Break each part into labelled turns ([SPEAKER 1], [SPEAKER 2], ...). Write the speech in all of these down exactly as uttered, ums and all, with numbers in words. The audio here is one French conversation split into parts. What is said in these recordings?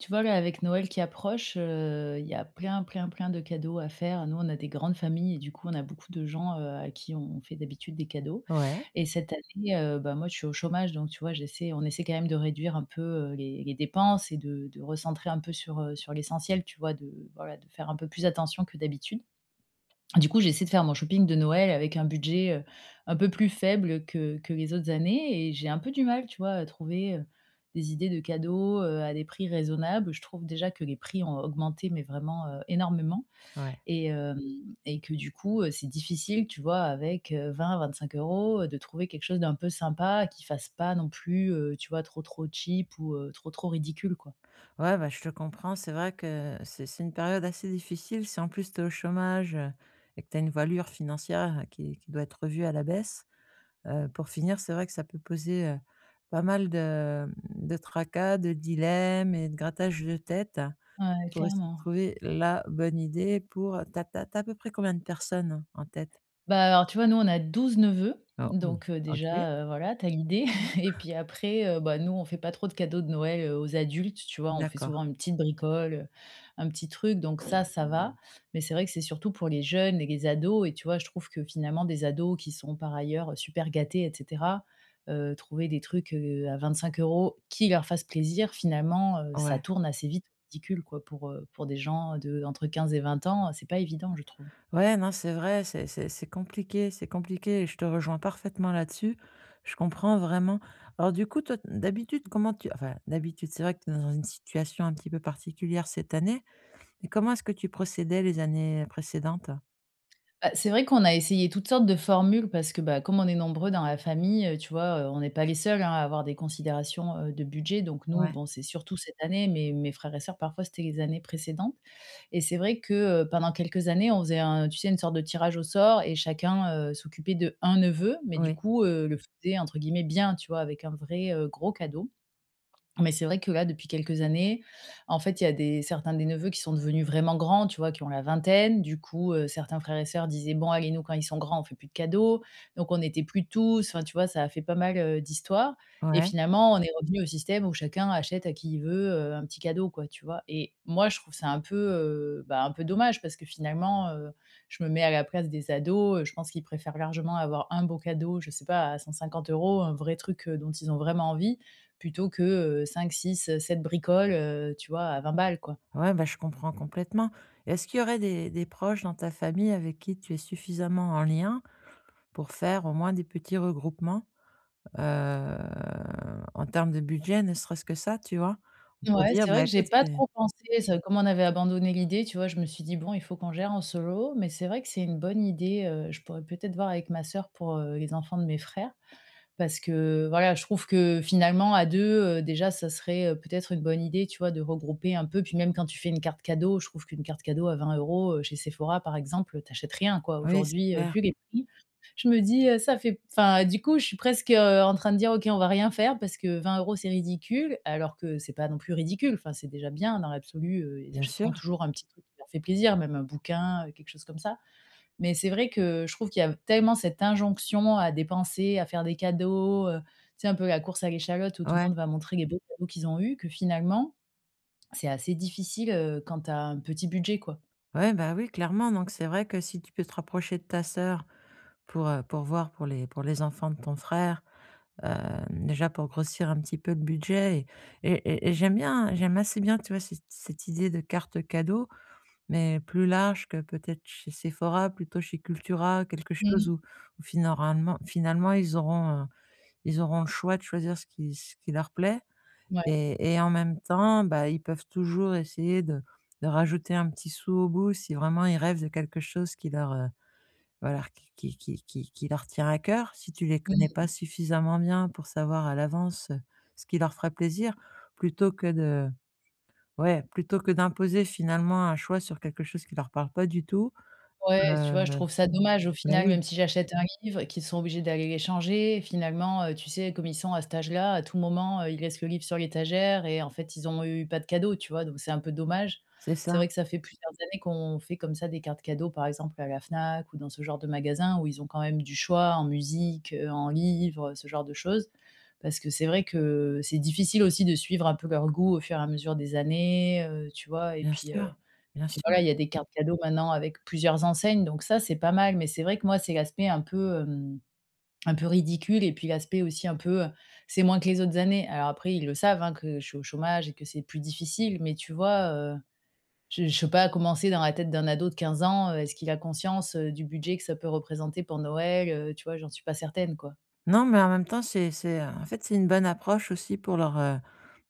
[SPEAKER 1] Tu vois, là, avec Noël qui approche, heu, il y a plein, plein, plein de cadeaux à faire. Nous, on a des grandes familles et du coup, on a beaucoup de gens, heu, à qui on fait d'habitude des cadeaux
[SPEAKER 2] Ouais,
[SPEAKER 1] et cette année, heu, bah, moi, je suis au chômage donc tu vois, j'essaie on essaie quand même de réduire un peu, heu, les les dépenses et de de recentrer un peu sur, heu, sur l'essentiel, tu vois? De Voilà, de faire un peu plus attention que d'habitude. Du coup, j'ai essayé de faire mon shopping de Noël avec un budget, heu, un peu plus faible que que les autres années et j'ai un peu du mal, tu vois, à trouver, heu, des idées de cadeaux, heu, à des prix raisonnables. Je trouve déjà que les prix ont augmenté, mais vraiment, heu, énormément,
[SPEAKER 2] ouais.
[SPEAKER 1] et hem et que du coup, heu, c'est difficile, tu vois, avec, heu, vingt-vingt-cinq euros, heu, de trouver quelque chose d'un peu sympa qui fasse pas non plus, heu, tu vois, trop, trop cheap ou, heu, trop, trop ridicule, quoi.
[SPEAKER 2] Ouais, bah, je te comprends. C'est vrai que c'est c'est une période assez difficile. Si en plus tu es au chômage, euh, et que tu as une voilure financière, euh, qui, qui doit être revue à la baisse, euh, pour finir, c'est vrai que ça peut poser, euh, pas mal de, de tracas, de dilemmes et de grattages de tête
[SPEAKER 1] Ouais,
[SPEAKER 2] pour essayer de
[SPEAKER 1] clairement.
[SPEAKER 2] trouver la bonne idée pour... T'as, t'as- t'as à peu près combien de personnes en tête?
[SPEAKER 1] Bah, alors, tu vois, nous, on a douze neveux,
[SPEAKER 2] Oh, oui.
[SPEAKER 1] donc heu,
[SPEAKER 2] Ok,
[SPEAKER 1] déjà, heu, voilà, t'as l'idée et puis après, heu, bah, nous, on fait pas trop de cadeaux de Noël, heu, aux adultes, tu vois? On fait
[SPEAKER 2] d'accord.
[SPEAKER 1] souvent une petite bricole, heu, un petit truc, donc ça, ça va. Mais c'est vrai que c'est surtout pour les jeunes et les ados et tu vois, je trouve que finalement des ados qui sont par ailleurs super gâtés et cetera, heu, trouver des trucs, heu, à vingt-cinq euros qui leur fassent plaisir, finalement, heu, ça
[SPEAKER 2] Ouais.
[SPEAKER 1] tourne assez vite au ridicule, quoi, pour, heu, pour des gens de entre quinze et vingt ans, c'est pas évident, je trouve.
[SPEAKER 2] Ouais, non, c'est vrai, c'est c'est c'est compliqué, c'est compliqué et je te rejoins parfaitement là-dessus. Je comprends vraiment. Alors du coup, toi, d'habitude, comment tu enfin, d'habitude, c'est vrai que tu es dans une situation un petit peu particulière cette année, mais comment est-ce que tu procédais les années précédentes?
[SPEAKER 1] Bah, c'est vrai qu'on a essayé toutes sortes de formules parce que, bah, comme on est nombreux dans la famille, heu, tu vois, heu, on n'est pas les seuls, hein, à avoir des considérations, heu, de budget. Donc nous,
[SPEAKER 2] Ouais,
[SPEAKER 1] bon, c'est surtout cette année, mais mes frères et sœurs, parfois, c'était les années précédentes. Et c'est vrai que, heu, pendant quelques années, on faisait un tu sais, une sorte de tirage au sort et chacun, heu, s'occupait de un neveu, mais du
[SPEAKER 2] oui,
[SPEAKER 1] coup, heu, le faisait entre guillemets «bien», tu vois? Avec un vrai, heu, gros cadeau. Mais c'est vrai que là, depuis quelques années, en fait, il y a des certains des neveux qui sont devenus vraiment grands, tu vois? Qui ont la vingtaine. Du coup, heu, certains frères et sœurs disaient: «Bon, allez, nous, quand ils sont grands, on fait plus de cadeaux». Donc on n'était plus tous, enfin, tu vois? Ça a fait pas mal, heu, d'histoires et
[SPEAKER 2] ouais.
[SPEAKER 1] finalement, on est revenu au système où chacun achète à qui il veut, heu, un petit cadeau, quoi, tu vois? Et moi, je trouve ça un peu, heu, bah, un peu dommage parce que finalement, heu, je me mets à la place des ados, heu, je pense qu'ils préfèrent largement avoir un beau cadeau, je sais pas, à cent cinquante euros, un vrai truc, heu, dont ils ont vraiment envie, plutôt que, heu, cinq six-sept bricoles, heu, tu vois, à vingt balles, quoi.
[SPEAKER 2] Ouais, bah, je comprends complètement. Est-ce qu'il y aurait des des proches dans ta famille avec qui tu es suffisamment en lien pour faire au moins des petits regroupements? Heu, en termes de budget, ne serait-ce que ça, tu vois? Pour
[SPEAKER 1] Ouais,
[SPEAKER 2] dire:
[SPEAKER 1] c'est
[SPEAKER 2] «Bah,
[SPEAKER 1] vrai que j'ai
[SPEAKER 2] écoute,
[SPEAKER 1] pas
[SPEAKER 2] c'est»
[SPEAKER 1] trop pensé, ça comme on avait abandonné l'idée, tu vois, je me suis dit: «Bon, il faut qu'on gère en solo», mais c'est vrai que c'est une bonne idée, heu, je pourrais peut-être voir avec ma sœur pour, heu, les enfants de mes frères. Parce que voilà, je trouve que finalement à deux, heu, déjà ça serait, heu, peut-être une bonne idée, tu vois, de regrouper un peu. Puis même quand tu fais une carte cadeau, je trouve qu'une carte cadeau à vingt euros, heu, chez Sephora par exemple, t'achètes rien quoi.
[SPEAKER 2] oui, c'est
[SPEAKER 1] Aujourd'hui, heu,
[SPEAKER 2] clair,
[SPEAKER 1] vu les prix, je me dis, heu, ça fait, enfin du coup, je suis presque, heu, en train de dire: «OK, on va rien faire parce que vingt euros c'est ridicule», alors que c'est pas non plus ridicule. Enfin, c'est déjà bien dans l'absolu, heu, ils
[SPEAKER 2] bien sûr,
[SPEAKER 1] achèteront toujours un petit truc qui leur fait plaisir, même un bouquin, heu, quelque chose comme ça. Mais c'est vrai que je trouve qu'il y a tellement cette injonction à dépenser, à faire des cadeaux, heu, tu sais, un peu la course à l'échalote où tout le
[SPEAKER 2] ouais,
[SPEAKER 1] monde va montrer les beaux cadeaux qu'ils ont eus, que finalement, c'est assez difficile, heu, quand tu as un petit budget, quoi.
[SPEAKER 2] ouais, bah, oui, clairement, donc c'est vrai que si tu peux te rapprocher de ta sœur pour, heu, pour voir pour les pour les enfants de ton frère, hem, déjà pour grossir un petit peu le budget et et et et j'aime bien j'aime assez bien, tu vois, cette cette idée de carte cadeau, mais plus large que peut-être chez Sephora, plutôt chez Cultura, quelque chose
[SPEAKER 1] Mmh.
[SPEAKER 2] où où finalement finalement ils auront, euh, ils auront le choix de choisir ce qui ce qui leur plaît et et en même temps, bah, ils peuvent toujours essayer de de rajouter un petit sou au bout si vraiment ils rêvent de quelque chose qui leur, heu, voilà, qui qui qui qui qui leur tient à cœur. Si tu les connais
[SPEAKER 1] Ouais.
[SPEAKER 2] pas suffisamment bien pour savoir à l'avance, heu, ce qui leur ferait plaisir, plutôt que de ouais, plutôt que d'imposer finalement un choix sur quelque chose qui leur parle pas du tout.
[SPEAKER 1] Ouais, tu
[SPEAKER 2] heu,
[SPEAKER 1] vois, je trouve ça dommage au
[SPEAKER 2] Bah,
[SPEAKER 1] final,
[SPEAKER 2] oui,
[SPEAKER 1] même si j'achète un livre, qu'ils sont obligés d'aller les changer. Finalement, heu, tu sais, comme ils sont à cet âge-là, à tout moment, heu, ils laissent le livre sur l'étagère et en fait, ils ont eu pas de cadeau, tu vois? Donc c'est un peu dommage.
[SPEAKER 2] c'est ça,
[SPEAKER 1] C'est vrai que ça fait plusieurs années qu'on fait comme ça des cartes cadeaux, par exemple à la Fnac ou dans ce genre de magasin où ils ont quand même du choix en musique, heu, en livres, ce genre de choses. Parce que c'est vrai que c'est difficile aussi de suivre un peu leurs goûts au fur et à mesure des années, heu, tu vois? Et
[SPEAKER 2] bien
[SPEAKER 1] puis,
[SPEAKER 2] sûr,
[SPEAKER 1] heu
[SPEAKER 2] bien
[SPEAKER 1] puis
[SPEAKER 2] sûr.
[SPEAKER 1] voilà, il y a des cartes cadeaux maintenant avec plusieurs enseignes, donc ça, c'est pas mal. Mais c'est vrai que moi, c'est l'aspect un peu, hem, un peu ridicule et puis l'aspect aussi un peu, heu, c'est moins que les autres années. Alors après, ils le savent, hein, que je suis au chômage et que c'est plus difficile, mais tu vois, heu, je je peux pas commencer dans la tête d'un ado de quinze ans, heu, est-ce qu'il a conscience, heu, du budget que ça peut représenter pour Noël? Heu, tu vois, j'en suis pas certaine, quoi.
[SPEAKER 2] Non, mais en même temps, c'est c'est, heu, en fait, c'est une bonne approche aussi pour leur, heu,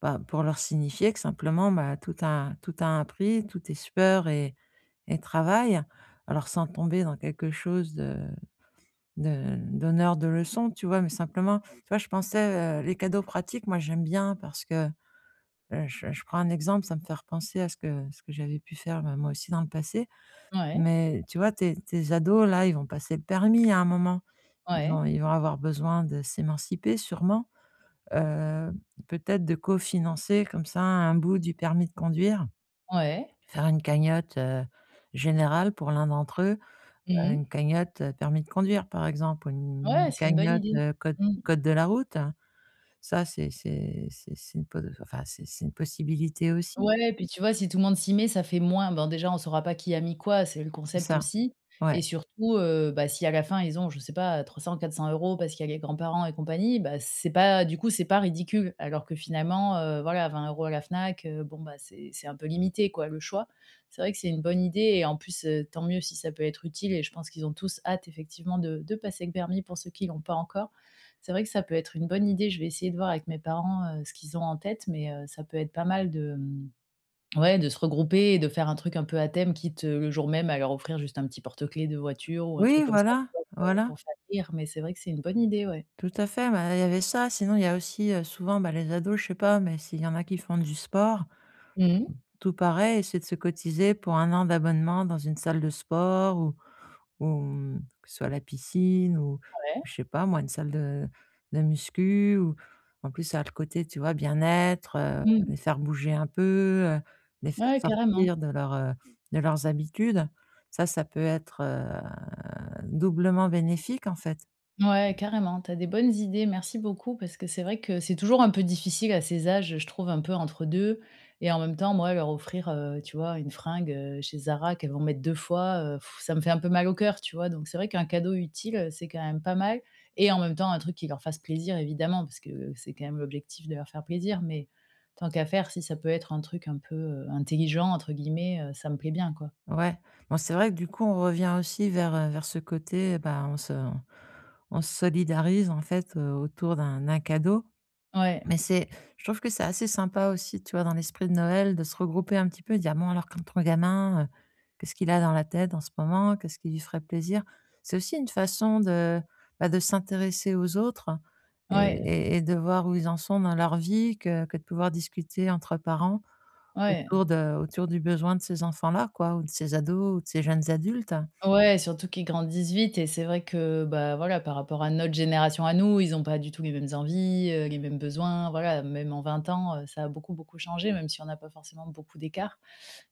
[SPEAKER 2] bah, pour leur signifier que simplement, bah, tout a tout a un prix, tout est sueur et et travail. Alors sans tomber dans quelque chose de de d'honneur, de leçon, tu vois? Mais simplement, tu vois, je pensais, heu, les cadeaux pratiques, moi, j'aime bien parce que, heu, je je prends un exemple, ça me fait repenser à ce que ce que j'avais pu faire, bah, moi aussi dans le passé.
[SPEAKER 1] Ouais,
[SPEAKER 2] Mais tu vois, tes tes ados là, ils vont passer le permis à un moment. Ils vont
[SPEAKER 1] ouais,
[SPEAKER 2] ils vont avoir besoin de s'émanciper sûrement, heu, peut-être de cofinancer comme ça un bout du permis de conduire,
[SPEAKER 1] ouais.
[SPEAKER 2] faire une cagnotte, heu, générale pour l'un d'entre eux,
[SPEAKER 1] Mmh
[SPEAKER 2] heu, une
[SPEAKER 1] mh.
[SPEAKER 2] cagnotte, heu, permis de conduire par exemple, ou une
[SPEAKER 1] Ouais,
[SPEAKER 2] une
[SPEAKER 1] c'est une bonne
[SPEAKER 2] cagnotte,
[SPEAKER 1] idée.
[SPEAKER 2] heu, code
[SPEAKER 1] Mmh.
[SPEAKER 2] code de la route. Ça c'est c'est c'est c'est une po enfin c'est c'est une possibilité aussi,
[SPEAKER 1] Ouais et puis tu vois, si tout le monde s'y met, ça fait moins, ben, déjà, on saura pas qui a mis quoi, c'est le
[SPEAKER 2] c'est
[SPEAKER 1] concept
[SPEAKER 2] ça.
[SPEAKER 1] aussi.
[SPEAKER 2] Ouais.
[SPEAKER 1] Et surtout, heu, bah, si à la fin ils ont, je sais pas, trois cents-quatre cents euros parce qu'il y a les grands-parents et compagnie, bah, c'est pas, du coup, c'est pas ridicule. Alors que finalement, heu, voilà, vingt euros à la Fnac, heu, bon, bah, c'est c'est un peu limité quoi, le choix. C'est vrai que c'est une bonne idée et en plus, heu, tant mieux si ça peut être utile et je pense qu'ils ont tous hâte effectivement de de passer le permis pour ceux qui l'ont pas encore. C'est vrai que ça peut être une bonne idée, je vais essayer de voir avec mes parents, heu, ce qu'ils ont en tête mais heu, ça peut être pas mal de, mmh Ouais, de se regrouper et de faire un truc un peu à thème, quitte, heu, le jour même, à leur offrir juste un petit porte-clés de voiture ou un
[SPEAKER 2] Oui
[SPEAKER 1] truc comme ça, tu
[SPEAKER 2] voilà,
[SPEAKER 1] vois? Pour,
[SPEAKER 2] voilà.
[SPEAKER 1] pour faire rire, mais c'est vrai que c'est une bonne idée, ouais.
[SPEAKER 2] Tout à fait, bah, il y avait ça, sinon il y a aussi, heu, souvent, bah, les ados, je sais pas, mais s'il y en a qui font du sport,
[SPEAKER 1] Mmh.
[SPEAKER 2] tout pareil, c'est de se cotiser pour un an d'abonnement dans une salle de sport ou ou, mmh, que ce soit la piscine ou
[SPEAKER 1] Ouais.
[SPEAKER 2] je sais pas moi, une salle de de muscu ou en plus ça a le côté, tu vois, bien-être, heu,
[SPEAKER 1] Mmh.
[SPEAKER 2] les faire bouger un peu, heu, les faire
[SPEAKER 1] Ouais, carrément.
[SPEAKER 2] sortir de leur, heu, de leurs habitudes. Ça, ça peut être, heu, doublement bénéfique en fait.
[SPEAKER 1] Ouais, carrément, tu as des bonnes idées, merci beaucoup parce que c'est vrai que c'est toujours un peu difficile à ces âges, je trouve, un peu entre deux. Et en même temps, moi, leur offrir, heu, tu vois, une fringue, heu, chez Zara qu'elles vont mettre deux fois, heu, ça me fait un peu mal au cœur, tu vois? Donc c'est vrai qu'un cadeau utile, heu, c'est quand même pas mal et en même temps, un truc qui leur fasse plaisir évidemment parce que euh, c'est quand même l'objectif de leur faire plaisir, mais tant qu'à faire, si ça peut être un truc un peu, heu, «intelligent» entre guillemets, heu, ça me plaît bien, quoi.
[SPEAKER 2] Ouais. Bon, c'est vrai que du coup, on revient aussi vers, heu, vers ce côté, bah, on se on se solidarise en fait, heu, autour d'un d'un cadeau.
[SPEAKER 1] Ouais,
[SPEAKER 2] Mais c'est je trouve que c'est assez sympa aussi, tu vois, dans l'esprit de Noël, de se regrouper un petit peu et dire: «Bon alors quand ton gamin, heu, qu'est-ce qu'il a dans la tête en ce moment? Qu'est-ce qui lui ferait plaisir?» c'est aussi une façon de, bah, de s'intéresser aux autres et
[SPEAKER 1] ouais,
[SPEAKER 2] et et de voir où ils en sont dans leur vie, que que de pouvoir discuter entre parents
[SPEAKER 1] ouais.
[SPEAKER 2] autour de autour du besoin de ces enfants-là, quoi, ou de ces ados ou de ces jeunes adultes.
[SPEAKER 1] Ouais, surtout qu'ils grandissent vite et c'est vrai que, bah, voilà, par rapport à notre génération à nous, ils ont pas du tout les mêmes envies, heu, les mêmes besoins, voilà, même en vingt ans, heu, ça a beaucoup, beaucoup changé, même si on n'a pas forcément beaucoup d'écart.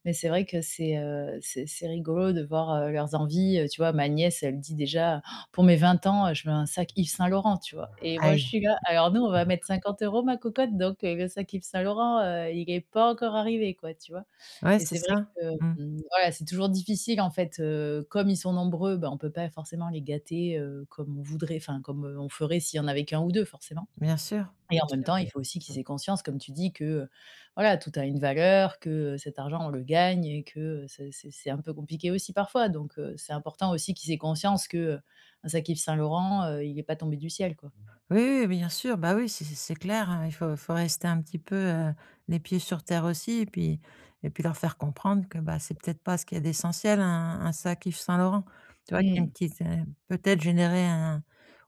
[SPEAKER 1] Mais c'est vrai que c'est, heu, c'est c'est rigolo de voir, heu, leurs envies, heu, tu vois? Ma nièce, elle dit déjà: «Pour mes vingt ans, heu, je veux un sac Yves Saint-Laurent», tu vois? Et moi, je
[SPEAKER 2] Aïe!
[SPEAKER 1] suis là: «Alors nous, on va mettre cinquante euros ma cocotte, donc heu, le sac Yves Saint-Laurent, heu, il est pas encore arrivé, quoi», tu vois?
[SPEAKER 2] Ouais,
[SPEAKER 1] Et
[SPEAKER 2] c'est
[SPEAKER 1] c'est vrai
[SPEAKER 2] ça.
[SPEAKER 1] que,
[SPEAKER 2] Mmh.
[SPEAKER 1] mmh, voilà, c'est toujours difficile en fait, heu, comme ils sont nombreux, ben on peut pas forcément les gâter, heu, comme on voudrait, enfin comme, heu, on ferait s'il y en avait qu'un ou deux forcément.
[SPEAKER 2] Bien sûr,
[SPEAKER 1] Et
[SPEAKER 2] bien
[SPEAKER 1] en même
[SPEAKER 2] sûr.
[SPEAKER 1] temps, il faut aussi qu'ils aient conscience, comme tu dis, que, heu, voilà, tout a une valeur, que, heu, cet argent, on le gagne et que, heu, c'est c'est c'est un peu compliqué aussi parfois. Donc, heu, c'est important aussi qu'ils aient conscience que, heu, un sac Yves Saint-Laurent, heu, il est pas tombé du ciel, quoi.
[SPEAKER 2] Oui, oui, oui, bien sûr, bah, oui, c'est c'est clair, hein, il faut faut rester un petit peu, heu, les pieds sur terre aussi et puis et puis leur faire comprendre que, bah, c'est peut-être pas ce qu'il y a d'essentiel, un un sac Yves Saint-Laurent. Tu vois? Qu'il y a une
[SPEAKER 1] Mmh.
[SPEAKER 2] petite, heu, peut-être générer un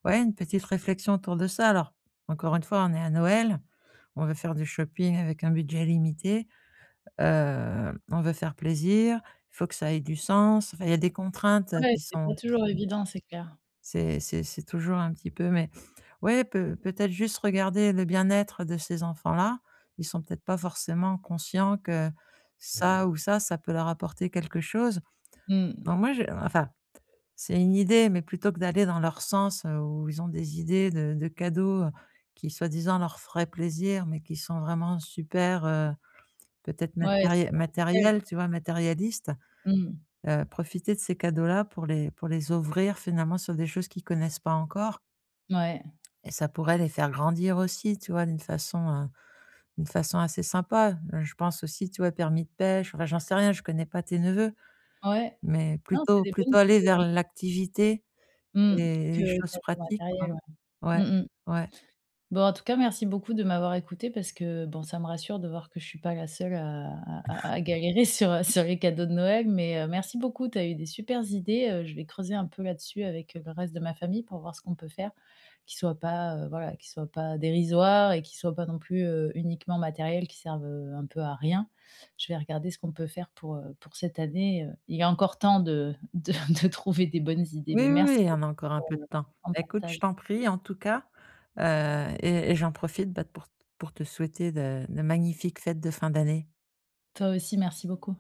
[SPEAKER 2] ouais, une petite réflexion autour de ça. Alors, encore une fois, on est à Noël, on veut faire du shopping avec un budget limité, heu, on veut faire plaisir, il faut que ça ait du sens. Enfin, il y a des contraintes, euh,
[SPEAKER 1] Ouais,
[SPEAKER 2] qui
[SPEAKER 1] c'est pas
[SPEAKER 2] sont
[SPEAKER 1] toujours évident, c'est clair.
[SPEAKER 2] c'est c'est c'est toujours un petit peu mais. Ouais, peut peut-être juste regarder le bien-être de ces enfants-là. Ils sont peut-être pas forcément conscients que ça ou ça, ça peut leur apporter quelque chose.
[SPEAKER 1] Mmh.
[SPEAKER 2] Donc moi, je enfin, c'est une idée, mais plutôt que d'aller dans leur sens, heu, où ils ont des idées de de cadeaux, heu, qui soi-disant leur feraient plaisir, mais qui sont vraiment super, heu, peut-être
[SPEAKER 1] Ouais,
[SPEAKER 2] matérie
[SPEAKER 1] superficiel,
[SPEAKER 2] matériels,
[SPEAKER 1] quoi.
[SPEAKER 2] tu vois? Matérialistes,
[SPEAKER 1] Mmh.
[SPEAKER 2] heu, profiter de ces cadeaux-là pour les pour les ouvrir finalement sur des choses qu'ils connaissent pas encore.
[SPEAKER 1] Ouais.
[SPEAKER 2] Et ça pourrait les faire grandir aussi, tu vois? D'une façon, heu, d'une façon assez sympa. Heu, je pense aussi, tu vois, permis de pêche, enfin, j'en sais rien, je connais pas tes neveux,
[SPEAKER 1] Ouais.
[SPEAKER 2] mais
[SPEAKER 1] Non, c'est
[SPEAKER 2] plutôt
[SPEAKER 1] des bonnes
[SPEAKER 2] plutôt aller
[SPEAKER 1] idées,
[SPEAKER 2] vers
[SPEAKER 1] ouais.
[SPEAKER 2] l'activité
[SPEAKER 1] Mmh.
[SPEAKER 2] et
[SPEAKER 1] Que
[SPEAKER 2] les choses
[SPEAKER 1] cadeau
[SPEAKER 2] pratiques, quoi.
[SPEAKER 1] matériel, ouais.
[SPEAKER 2] Ouais,
[SPEAKER 1] Mmh mh.
[SPEAKER 2] ouais.
[SPEAKER 1] Bon, en tout cas, merci beaucoup de m'avoir écoutée parce que, bon, ça me rassure de voir que je suis pas la seule à à à à galérer sur, heu, sur les cadeaux de Noël, mais, heu, merci beaucoup, tu as eu des supers idées, heu, je vais creuser un peu là-dessus avec, heu, le reste de ma famille pour voir ce qu'on peut faire, qui soit pas, heu, voilà, qui soit pas dérisoire et qui soit pas non plus, heu, uniquement matériel, qui serve, heu, un peu à rien. Je vais regarder ce qu'on peut faire pour, heu, pour cette année, heu, il y a encore temps de de de trouver des bonnes idées,
[SPEAKER 2] Oui,
[SPEAKER 1] mais
[SPEAKER 2] oui, oui,
[SPEAKER 1] merci
[SPEAKER 2] il y
[SPEAKER 1] beaucoup
[SPEAKER 2] en a encore un peu de
[SPEAKER 1] pour, heu,
[SPEAKER 2] temps.
[SPEAKER 1] pour ton
[SPEAKER 2] Écoute, je
[SPEAKER 1] partage.
[SPEAKER 2] t'en prie, en tout cas, heu, et et j'en profite, bah, pour pour te souhaiter de de magnifiques fêtes de fin d'année.
[SPEAKER 1] Toi aussi, merci beaucoup.